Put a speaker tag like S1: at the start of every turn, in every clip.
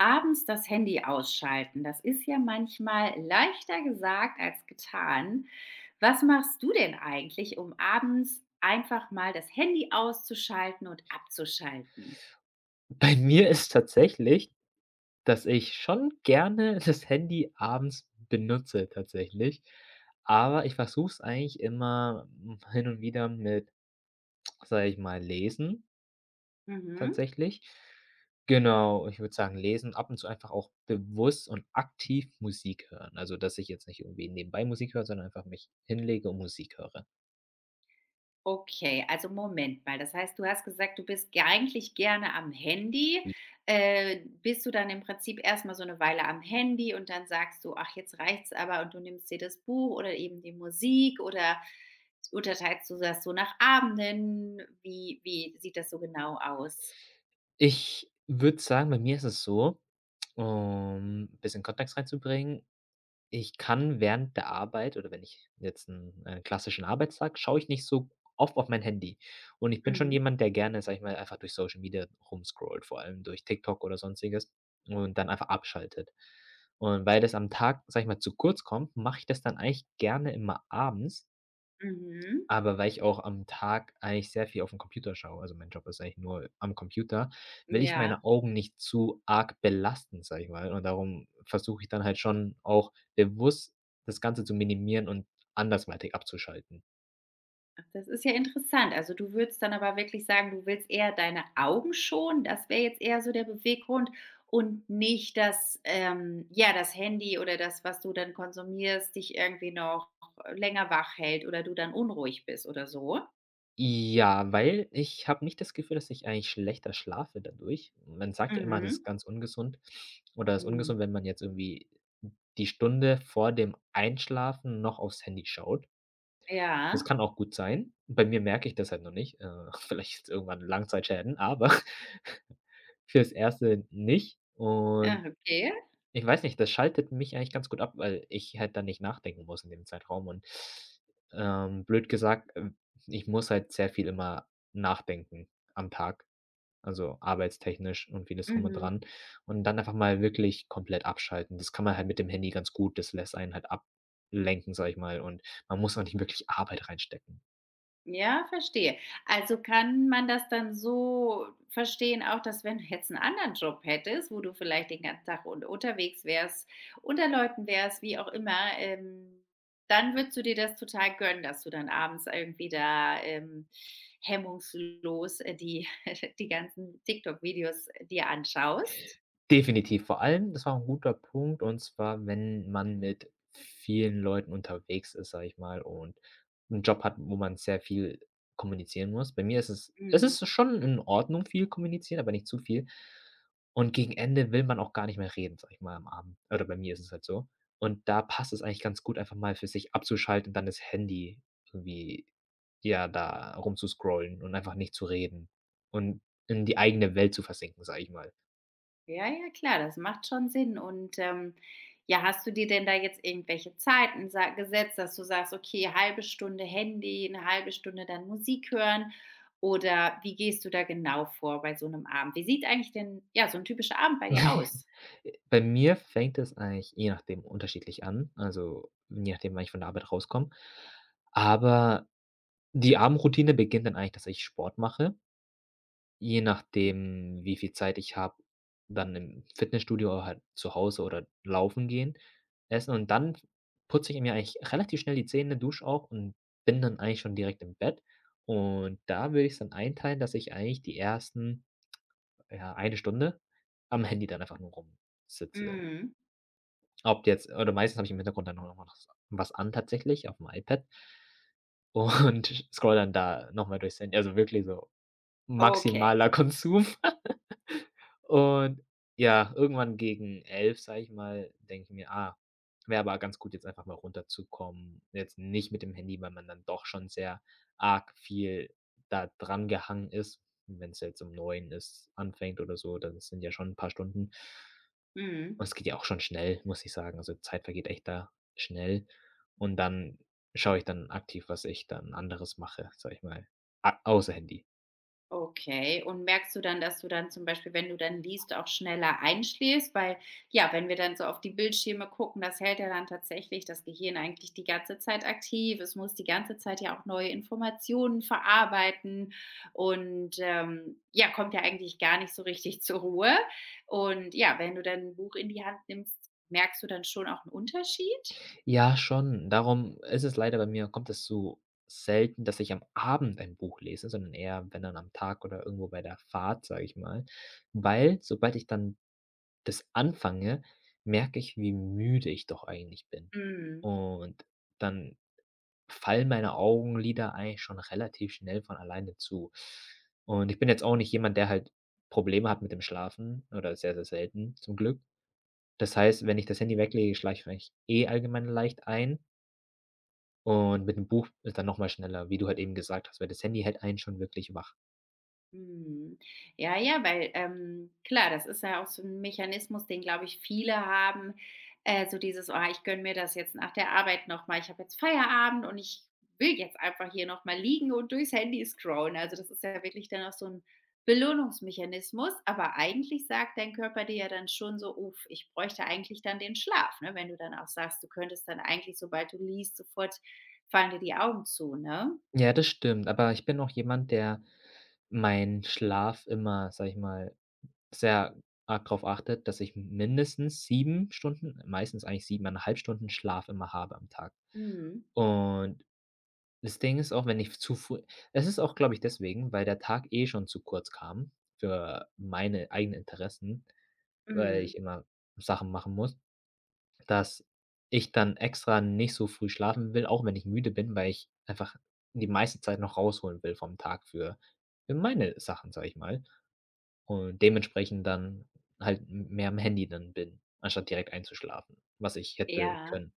S1: Abends das Handy ausschalten, das ist ja manchmal leichter gesagt als getan. Was machst du denn eigentlich, um abends einfach mal das Handy auszuschalten und abzuschalten?
S2: Bei mir ist tatsächlich, dass ich schon gerne das Handy abends benutze tatsächlich, aber ich versuche es eigentlich immer, hin und wieder mit, sage ich mal, Lesen
S1: Mhm.
S2: tatsächlich. Genau, ich würde sagen, lesen, ab und zu einfach auch bewusst und aktiv Musik hören. Also, dass ich jetzt nicht irgendwie nebenbei Musik höre, sondern einfach mich hinlege und Musik höre.
S1: Okay, also Moment mal. Das heißt, du hast gesagt, du bist ge eigentlich gerne am Handy. Bist du dann im Prinzip erstmal so eine Weile am Handy und dann sagst du: „Ach, jetzt reicht's aber" und du nimmst dir das Buch oder eben die Musik oder unterteilst du das so nach Abenden? Wie sieht das so genau aus?
S2: Ich würde sagen, bei mir ist es so, um ein bisschen Kontext reinzubringen. Ich kann während der Arbeit oder wenn ich jetzt einen klassischen Arbeitstag schaue ich nicht so oft auf mein Handy. Und ich bin schon
S1: Mhm,
S2: jemand, der gerne, sage ich mal, einfach durch Social Media rumscrollt, vor allem durch TikTok oder Sonstiges, und dann einfach abschaltet. Und weil das am Tag, sage ich mal, zu kurz kommt, mache ich das dann eigentlich gerne immer abends,
S1: mhm.
S2: aber weil ich auch am Tag eigentlich sehr viel auf 'n Computer schaue, also mein Job ist eigentlich nur am Computer, will ich
S1: Ja.
S2: meine Augen nicht zu arg belasten, sage ich mal. Und darum versuche ich dann halt schon auch bewusst das Ganze zu minimieren und andersweitig abzuschalten.
S1: Ach, das ist ja interessant. Also, du würdest dann aber wirklich sagen, du willst eher deine Augen schonen. Das wäre jetzt eher so der Beweggrund und nicht das, ja, das Handy oder das, was du dann konsumierst, dich irgendwie noch länger wach hält oder du dann unruhig bist oder so?
S2: Ja, weil ich habe nicht das Gefühl, dass ich eigentlich schlechter schlafe dadurch. Man sagt ja immer, das ist
S1: Mhm.
S2: ganz ungesund oder ist ungesund,
S1: Mhm.
S2: wenn man jetzt irgendwie die Stunde vor dem Einschlafen noch aufs Handy schaut. Das
S1: Ja.
S2: kann auch gut sein. Bei mir merke ich das halt noch nicht, vielleicht irgendwann Langzeitschäden, aber fürs Erste nicht.
S1: Ah,
S2: Und
S1: okay.
S2: ich weiß nicht, das schaltet mich eigentlich ganz gut ab, weil ich halt dann nicht nachdenken muss in dem Zeitraum und, blöd gesagt, ich muss halt sehr viel immer nachdenken am Tag, also arbeitstechnisch und vieles drum und
S1: Mhm.
S2: dran und dann einfach mal wirklich komplett abschalten. Das kann man halt mit dem Handy ganz gut, das lässt einen halt ablenken, sage ich mal, und man muss auch nicht wirklich Arbeit reinstecken.
S1: Ja, verstehe. Also, kann man das dann so verstehen auch, dass wenn du jetzt einen anderen Job hättest, wo du vielleicht den ganzen Tag un unterwegs wärst, unter Leuten wärst, wie auch immer, dann würdest du dir das total gönnen, dass du dann abends irgendwie da, hemmungslos, die die ganzen TikTok-Videos dir anschaust?
S2: Definitiv. Vor allem, das war ein guter Punkt, und zwar, wenn man mit vielen Leuten unterwegs ist, sage ich mal, und einen Job hat, wo man sehr viel kommunizieren muss. Bei mir ist es
S1: Mhm.
S2: ist schon in Ordnung, viel kommunizieren, aber nicht zu viel. Und gegen Ende will man auch gar nicht mehr reden, sage ich mal, am Abend. Oder bei mir ist es halt so. Und da passt es eigentlich ganz gut, einfach mal für sich abzuschalten, und dann das Handy irgendwie, ja, da rumzuscrollen und einfach nicht zu reden und in die eigene Welt zu versinken, sage ich mal.
S1: Ja, ja, klar, das macht schon Sinn. Und, ja, hast du dir denn da jetzt irgendwelche Zeiten sa gesetzt, dass du sagst: „Okay, halbe Stunde Handy, eine halbe Stunde dann Musik hören"? Oder wie gehst du da genau vor bei so einem Abend? Wie sieht eigentlich denn, ja, so ein typischer Abend bei dir aus?
S2: Bei mir fängt es eigentlich je nachdem unterschiedlich an, also je nachdem, wann ich von der Arbeit rauskomme. Aber die Abendroutine beginnt dann eigentlich, dass ich Sport mache, je nachdem, wie viel Zeit ich habe, dann im Fitnessstudio oder halt zu Hause oder laufen gehen, essen und dann putze ich mir eigentlich relativ schnell die Zähne, dusche auch und bin dann eigentlich schon direkt im Bett. Und da würde ich's dann einteilen, dass ich eigentlich die ersten, ja, 1 Stunde am Handy dann einfach nur rumsitze.
S1: Mhm.
S2: Ob jetzt oder meistens habe ich im Hintergrund dann auch noch was an tatsächlich auf'm iPad und scrolle dann da noch mal durchs Handy. Also, wirklich so
S1: Okay.
S2: maximaler Konsum. Und ja, irgendwann gegen 11, sage ich mal, denke ich mir: „Ah, wäre aber ganz gut, jetzt einfach mal runterzukommen, jetzt nicht mit dem Handy“, weil man dann doch schon sehr arg viel da drangehangen ist. Wenn's jetzt um 9 ist anfängt oder so, dann sind ja schon 'n paar Stunden.
S1: Mhm.
S2: Und es geht ja auch schon schnell, muss ich sagen. Also, Zeit vergeht echt da schnell. Und dann schaue ich dann aktiv, was ich dann anderes mache, sage ich mal, a außer Handy.
S1: Okay, und merkst du dann, dass du dann zum Beispiel, wenn du dann liest, auch schneller einschläfst? Weil, ja, wenn wir dann so auf die Bildschirme gucken, das hält ja dann tatsächlich das Gehirn eigentlich die ganze Zeit aktiv. Es muss die ganze Zeit ja auch neue Informationen verarbeiten und ja, kommt ja eigentlich gar nicht so richtig zur Ruhe. Und ja, wenn du dann ein Buch in die Hand nimmst, merkst du dann schon auch einen Unterschied?
S2: Ja, schon. Darum ist es leider, bei mir kommt es so selten, dass ich am Abend ein Buch lese, sondern eher, wenn dann am Tag oder irgendwo bei der Fahrt, sage ich mal. Weil sobald ich dann das anfange, merke ich, wie müde ich doch eigentlich bin.
S1: Mm.
S2: Und dann fallen meine Augenlider eigentlich schon relativ schnell von alleine zu. Und ich bin jetzt auch nicht jemand, der halt Probleme hat mit dem Schlafen, oder sehr, sehr selten zum Glück. Das heißt, wenn ich das Handy weglege, schlafe ich eigentlich eh allgemein leicht ein, und mit dem Buch ist dann noch mal schneller, wie du halt eben gesagt hast, weil das Handy hält einen schon wirklich wach.
S1: Mhm. Ja, ja, weil, klar, das ist ja auch so ein Mechanismus, den, glaube ich, viele haben, so dieses: „Oh, ich gönne mir das jetzt nach der Arbeit noch mal. Ich habe jetzt Feierabend und ich will jetzt einfach hier noch mal liegen und durchs Handy scrollen." Also, das ist ja wirklich dann auch so ein Belohnungsmechanismus, aber eigentlich sagt dein Körper dir ja dann schon so: „Uff, ich bräuchte eigentlich dann den Schlaf", ne? Wenn du dann auch sagst, du könntest dann eigentlich, sobald du liest, sofort fallen dir die Augen zu, ne?
S2: Ja, das stimmt, aber ich bin auch jemand, der meinen Schlaf immer, sage ich mal, sehr arg drauf achte, dass ich mindestens 7 Stunden, meistens eigentlich 7,5 Stunden Schlaf immer habe am Tag.
S1: Mhm,
S2: Und das Ding ist auch, wenn ich zu früh, es ist auch, glaube ich, deswegen, weil der Tag eh schon zu kurz kam für meine eigenen Interessen, weil
S1: mhm,
S2: ich immer Sachen machen muss, dass ich dann extra nicht so früh schlafen will, auch wenn ich müde bin, weil ich einfach die meiste Zeit noch rausholen will vom Tag für meine Sachen, sage ich mal. Und dementsprechend dann halt m mehr am Handy dann bin, anstatt direkt einzuschlafen, was ich hätte
S1: ja.
S2: können.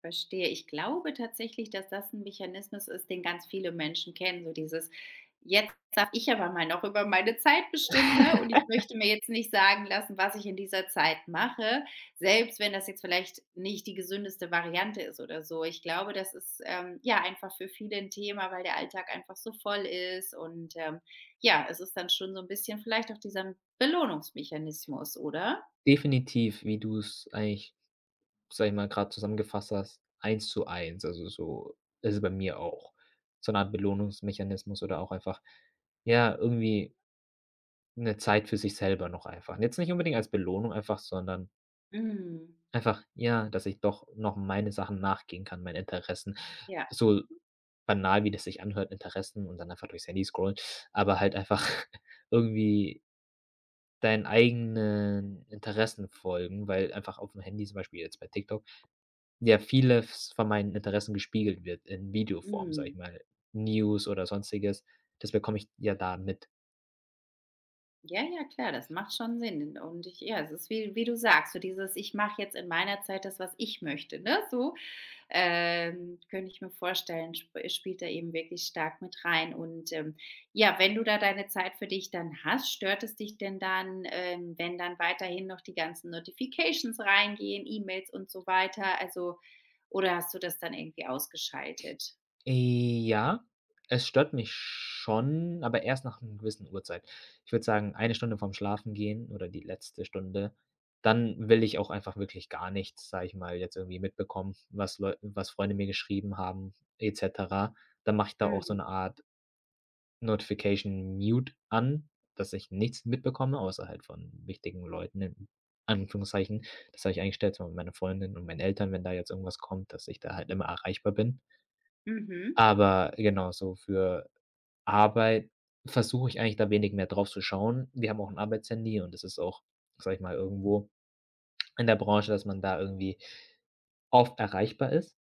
S1: Verstehe. Ich glaube tatsächlich, dass das ein Mechanismus ist, den ganz viele Menschen kennen, so dieses: „Jetzt darf ich aber mal noch über meine Zeit bestimmen, ne, und ich möchte mir jetzt nicht sagen lassen, was ich in dieser Zeit mache", selbst wenn das jetzt vielleicht nicht die gesündeste Variante ist oder so. Ich glaube, das ist, ja, einfach für viele ein Thema, weil der Alltag einfach so voll ist und, ja, es ist dann schon so ein bisschen vielleicht auch dieser Belohnungsmechanismus, oder?
S2: Definitiv, wie du es eigentlich, sage ich mal, gerade zusammengefasst hast, 1:1. Also, so ist es bei mir auch. So eine Art Belohnungsmechanismus oder auch einfach, ja, irgendwie eine Zeit für sich selber noch einfach. Jetzt nicht unbedingt als Belohnung einfach, sondern
S1: Mhm.
S2: einfach, ja, dass ich doch noch meine Sachen nachgehen kann, meinen Interessen.
S1: Ja,
S2: So banal, wie das sich anhört, Interessen und dann einfach durchs Handy scrollen, aber halt einfach irgendwie deinen eigenen Interessen folgen, weil einfach auf dem Handy zum Beispiel jetzt bei TikTok ja vieles von meinen Interessen gespiegelt wird in Videoform, sage
S1: mhm.
S2: ich mal, News oder Sonstiges. Das bekomme ich ja da mit.
S1: Ja, ja, klar, das macht schon Sinn. Und ich ja, es ist wie du sagst, so dieses: „Ich mache jetzt in meiner Zeit das, was ich möchte", ne, so, könnte ich mir vorstellen, sp spielt da eben wirklich stark mit rein. Und, ja, wenn du da deine Zeit für dich dann hast, stört es dich denn dann, wenn dann weiterhin noch die ganzen Notifications reingehen, E-Mails und so weiter? Also oder hast du das dann irgendwie ausgeschaltet?
S2: Ja, es stört mich schon, aber erst nach einer gewissen Uhrzeit. Ich würde sagen, eine Stunde vorm Schlafengehen oder die letzte Stunde, dann will ich auch einfach wirklich gar nichts, sage ich mal, jetzt irgendwie mitbekommen, was Freunde mir geschrieben haben, et cetera. Dann mache ich da auch so 'ne
S1: Mhm.
S2: Art Notification Mute an, dass ich nichts mitbekomme, außer halt von wichtigen Leuten in Anführungszeichen. Das habe ich eingestellt, so meine Freundin und meine Eltern, wenn da jetzt irgendwas kommt, dass ich da halt immer erreichbar bin.
S1: Mhm.
S2: Aber genau, so für Arbeit versuche ich eigentlich da wenig mehr drauf zu schauen. Wir haben auch ein Arbeitshandy und es ist auch, sage ich mal, irgendwo in der Branche, dass man da irgendwie oft erreichbar ist.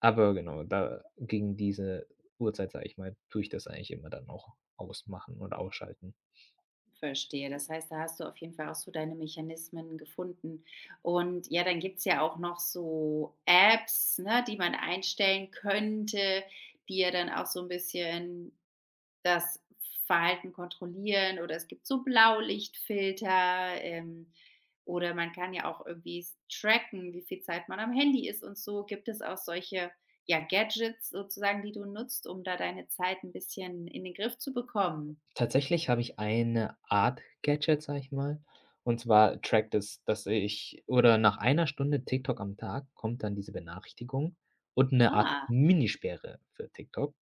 S2: Aber genau, da gegen diese Uhrzeit, sage ich mal, tue ich das eigentlich immer dann auch ausmachen und ausschalten.
S1: Verstehe. Das heißt, da hast du auf jeden Fall auch so deine Mechanismen gefunden. Und ja, dann gibt's ja auch noch so Apps, ne, die man einstellen könnte, die ja dann auch so ein bisschen das Verhalten kontrollieren oder es gibt so Blaulichtfilter, oder man kann ja auch irgendwie tracken, wie viel Zeit man am Handy ist und so. Gibt es auch solche, ja, Gadgets sozusagen, die du nutzt, um da deine Zeit ein bisschen in den Griff zu bekommen?
S2: Tatsächlich habe ich eine Art Gadget, sage ich mal, und zwar trackt es, dass ich oder nach einer Stunde TikTok am Tag kommt dann diese Benachrichtigung und eine Art
S1: Ah.
S2: Minisperre für TikTok.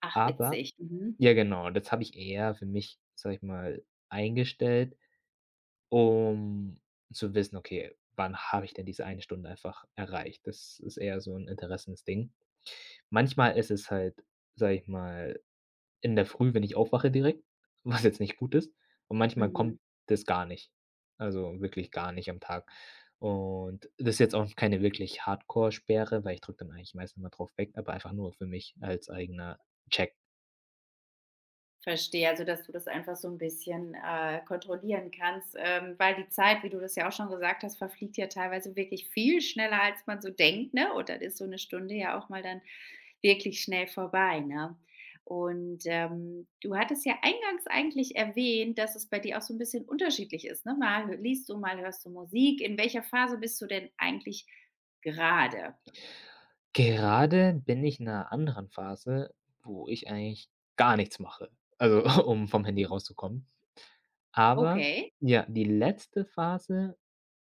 S1: Ach,
S2: Aber
S1: witzig. Mhm.
S2: ja, genau, das habe ich eher für mich, sage ich mal, eingestellt, um zu wissen: „Okay, wann habe ich denn diese eine Stunde einfach erreicht?“ Das ist eher so 'n Interessensding. Manchmal ist es halt, sage ich mal, in der Früh, wenn ich aufwache direkt, was jetzt nicht gut ist, und manchmal
S1: Mhm.
S2: kommt das gar nicht. Also, wirklich gar nicht am Tag. Und das ist jetzt auch keine wirklich Hardcore-Sperre, weil ich drücke dann eigentlich meistens mal drauf weg, aber einfach nur für mich als eigener Check.
S1: Verstehe, also, dass du das einfach so ein bisschen, kontrollieren kannst, weil die Zeit, wie du das ja auch schon gesagt hast, verfliegt ja teilweise wirklich viel schneller, als man so denkt, ne? Und dann ist so eine Stunde ja auch mal dann wirklich schnell vorbei, ne? Und, du hattest ja eingangs eigentlich erwähnt, dass es bei dir auch so ein bisschen unterschiedlich ist, ne? Mal hö liest du, mal hörst du Musik. In welcher Phase bist du denn eigentlich gerade?
S2: Gerade bin ich in einer anderen Phase, wo ich eigentlich gar nichts mache, also um vom Handy
S1: Mhm.
S2: rauszukommen. Aber
S1: Okay.
S2: ja, die letzte Phase,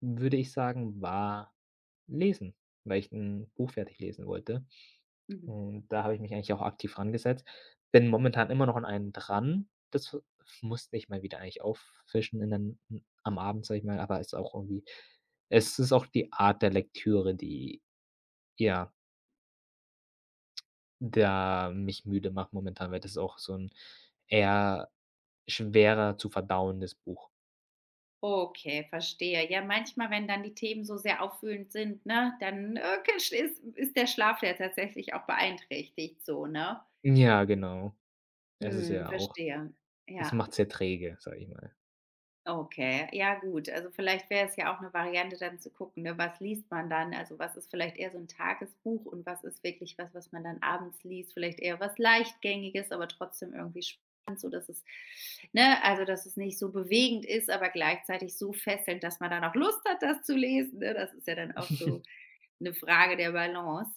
S2: würde ich sagen, war Lesen, weil ich ein Buch fertig lesen wollte.
S1: Mhm.
S2: Und da habe ich mich eigentlich auch aktiv rangesetzt. Bin momentan immer noch an einem dran. Das musste ich mal wieder eigentlich auffischen in den, am Abend, sage ich mal, aber es ist auch irgendwie, es ist auch die Art der Lektüre, die ja der mich müde macht momentan, weil das ist auch so 'n eher schwerer zu verdauendes Buch.
S1: Okay, verstehe. Ja, manchmal, wenn dann die Themen so sehr aufwühlend sind, ne, dann, ist der Schlaf ja tatsächlich auch beeinträchtigt so, ne?
S2: Ja, genau. Es ist
S1: Mhm,
S2: ja auch,
S1: verstehe.
S2: es
S1: Ja.
S2: macht sehr träge, sage ich mal.
S1: Okay, ja gut. Also vielleicht wäre es ja auch eine Variante dann zu gucken, ne, was liest man dann? Also, was ist vielleicht eher so ein Tagesbuch und was ist wirklich was, was man dann abends liest? Vielleicht eher was Leichtgängiges, aber trotzdem irgendwie spannend, so dass es ne, also dass es nicht so bewegend ist, aber gleichzeitig so fesselnd, dass man dann auch Lust hat, das zu lesen, ne? Das ist ja dann auch so eine Frage der Balance.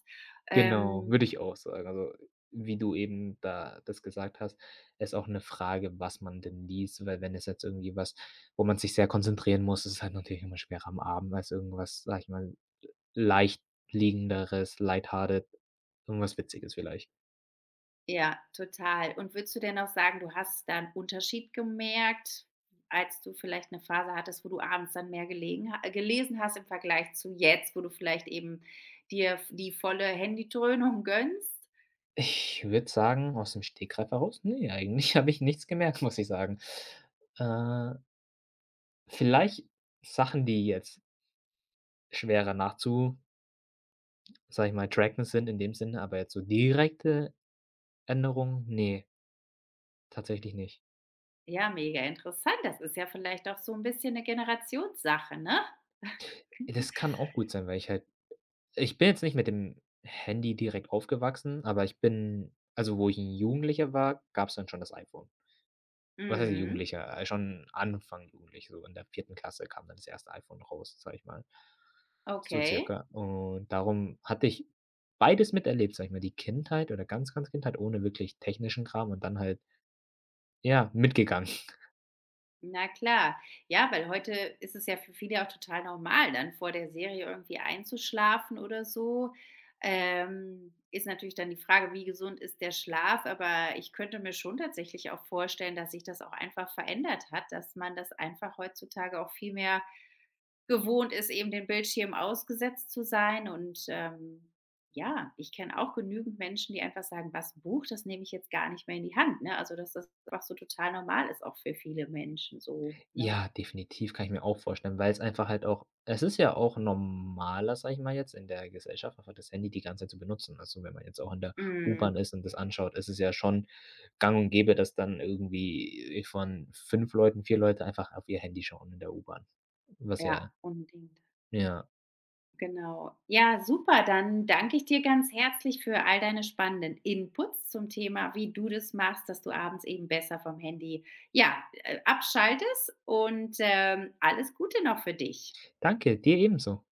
S2: Genau,
S1: Ähm
S2: würde ich auch sagen. Also, wie du eben da das gesagt hast, ist auch 'ne Frage, was man denn liest, weil wenn es jetzt irgendwie was, wo man sich sehr konzentrieren muss, ist es halt natürlich immer schwerer am Abend als irgendwas, sage ich mal, leicht liegenderes, lighthearted, irgendwas Witziges vielleicht.
S1: Ja, total. Und würdest du denn auch sagen, du hast da 'n Unterschied gemerkt, als du vielleicht eine Phase hattest, wo du abends dann mehr gelegen ha gelesen hast im Vergleich zu jetzt, wo du vielleicht eben dir v die volle Handydröhnung gönnst?
S2: Ich würde sagen, aus dem Stegreif heraus, ne, eigentlich habe ich nichts gemerkt, muss ich sagen. Äh, vielleicht Sachen, die jetzt schwerer nachzu sage ich mal, tracken sind in dem Sinne, aber jetzt so direkte Änderungen, ne, tatsächlich nicht.
S1: Ja, mega interessant. Das ist ja vielleicht auch so ein bisschen eine Generationssache, ne?
S2: Das kann auch gut sein, weil ich halt, ich bin jetzt nicht mit dem Handy direkt aufgewachsen, aber ich bin also, wo ich 'n Jugendlicher war, gab's dann schon das iPhone. Was heißt
S1: Mhm.
S2: Jugendlicher? Schon Anfang jugendlich, so in der 4. Klasse kam dann das erste iPhone raus, sage ich mal. So
S1: Okay.
S2: circa. Und darum hatte ich beides miterlebt, sage ich mal, die Kindheit oder ganz, ganz Kindheit ohne wirklich technischen Kram und dann halt, ja, mitgegangen.
S1: Na klar. Ja, weil heute ist es ja für viele auch total normal, dann vor der Serie irgendwie einzuschlafen oder so. Ist natürlich dann die Frage, wie gesund ist der Schlaf? Aber ich könnte mir schon tatsächlich auch vorstellen, dass sich das auch einfach verändert hat, dass man das einfach heutzutage auch viel mehr gewohnt ist, eben dem Bildschirm ausgesetzt zu sein und, ja, ich kenne auch genügend Menschen, die einfach sagen: „Was, 'n Buch, das nehme ich jetzt gar nicht mehr in die Hand", ne? Also, dass das einfach so total normal ist, auch für viele Menschen so, ne?
S2: Ja, definitiv, kann ich mir auch vorstellen, weil es einfach halt auch, es ist ja auch normaler, sag ich mal jetzt, in der Gesellschaft einfach das Handy die ganze Zeit zu benutzen. Also, wenn man jetzt auch in der U-Bahn
S1: Mhm.
S2: ist und das anschaut, ist es ja schon gang und gäbe, dass dann irgendwie von 5 Leuten 4 Leute einfach auf ihr Handy schauen in der U-Bahn. Was
S1: Ja,
S2: ja,
S1: unbedingt.
S2: ja.
S1: Genau. Ja, super, dann danke ich dir ganz herzlich für all deine spannenden Inputs zum Thema, wie du das machst, dass du abends eben besser vom Handy, ja, abschaltest und, alles Gute noch für dich.
S2: Danke, dir ebenso.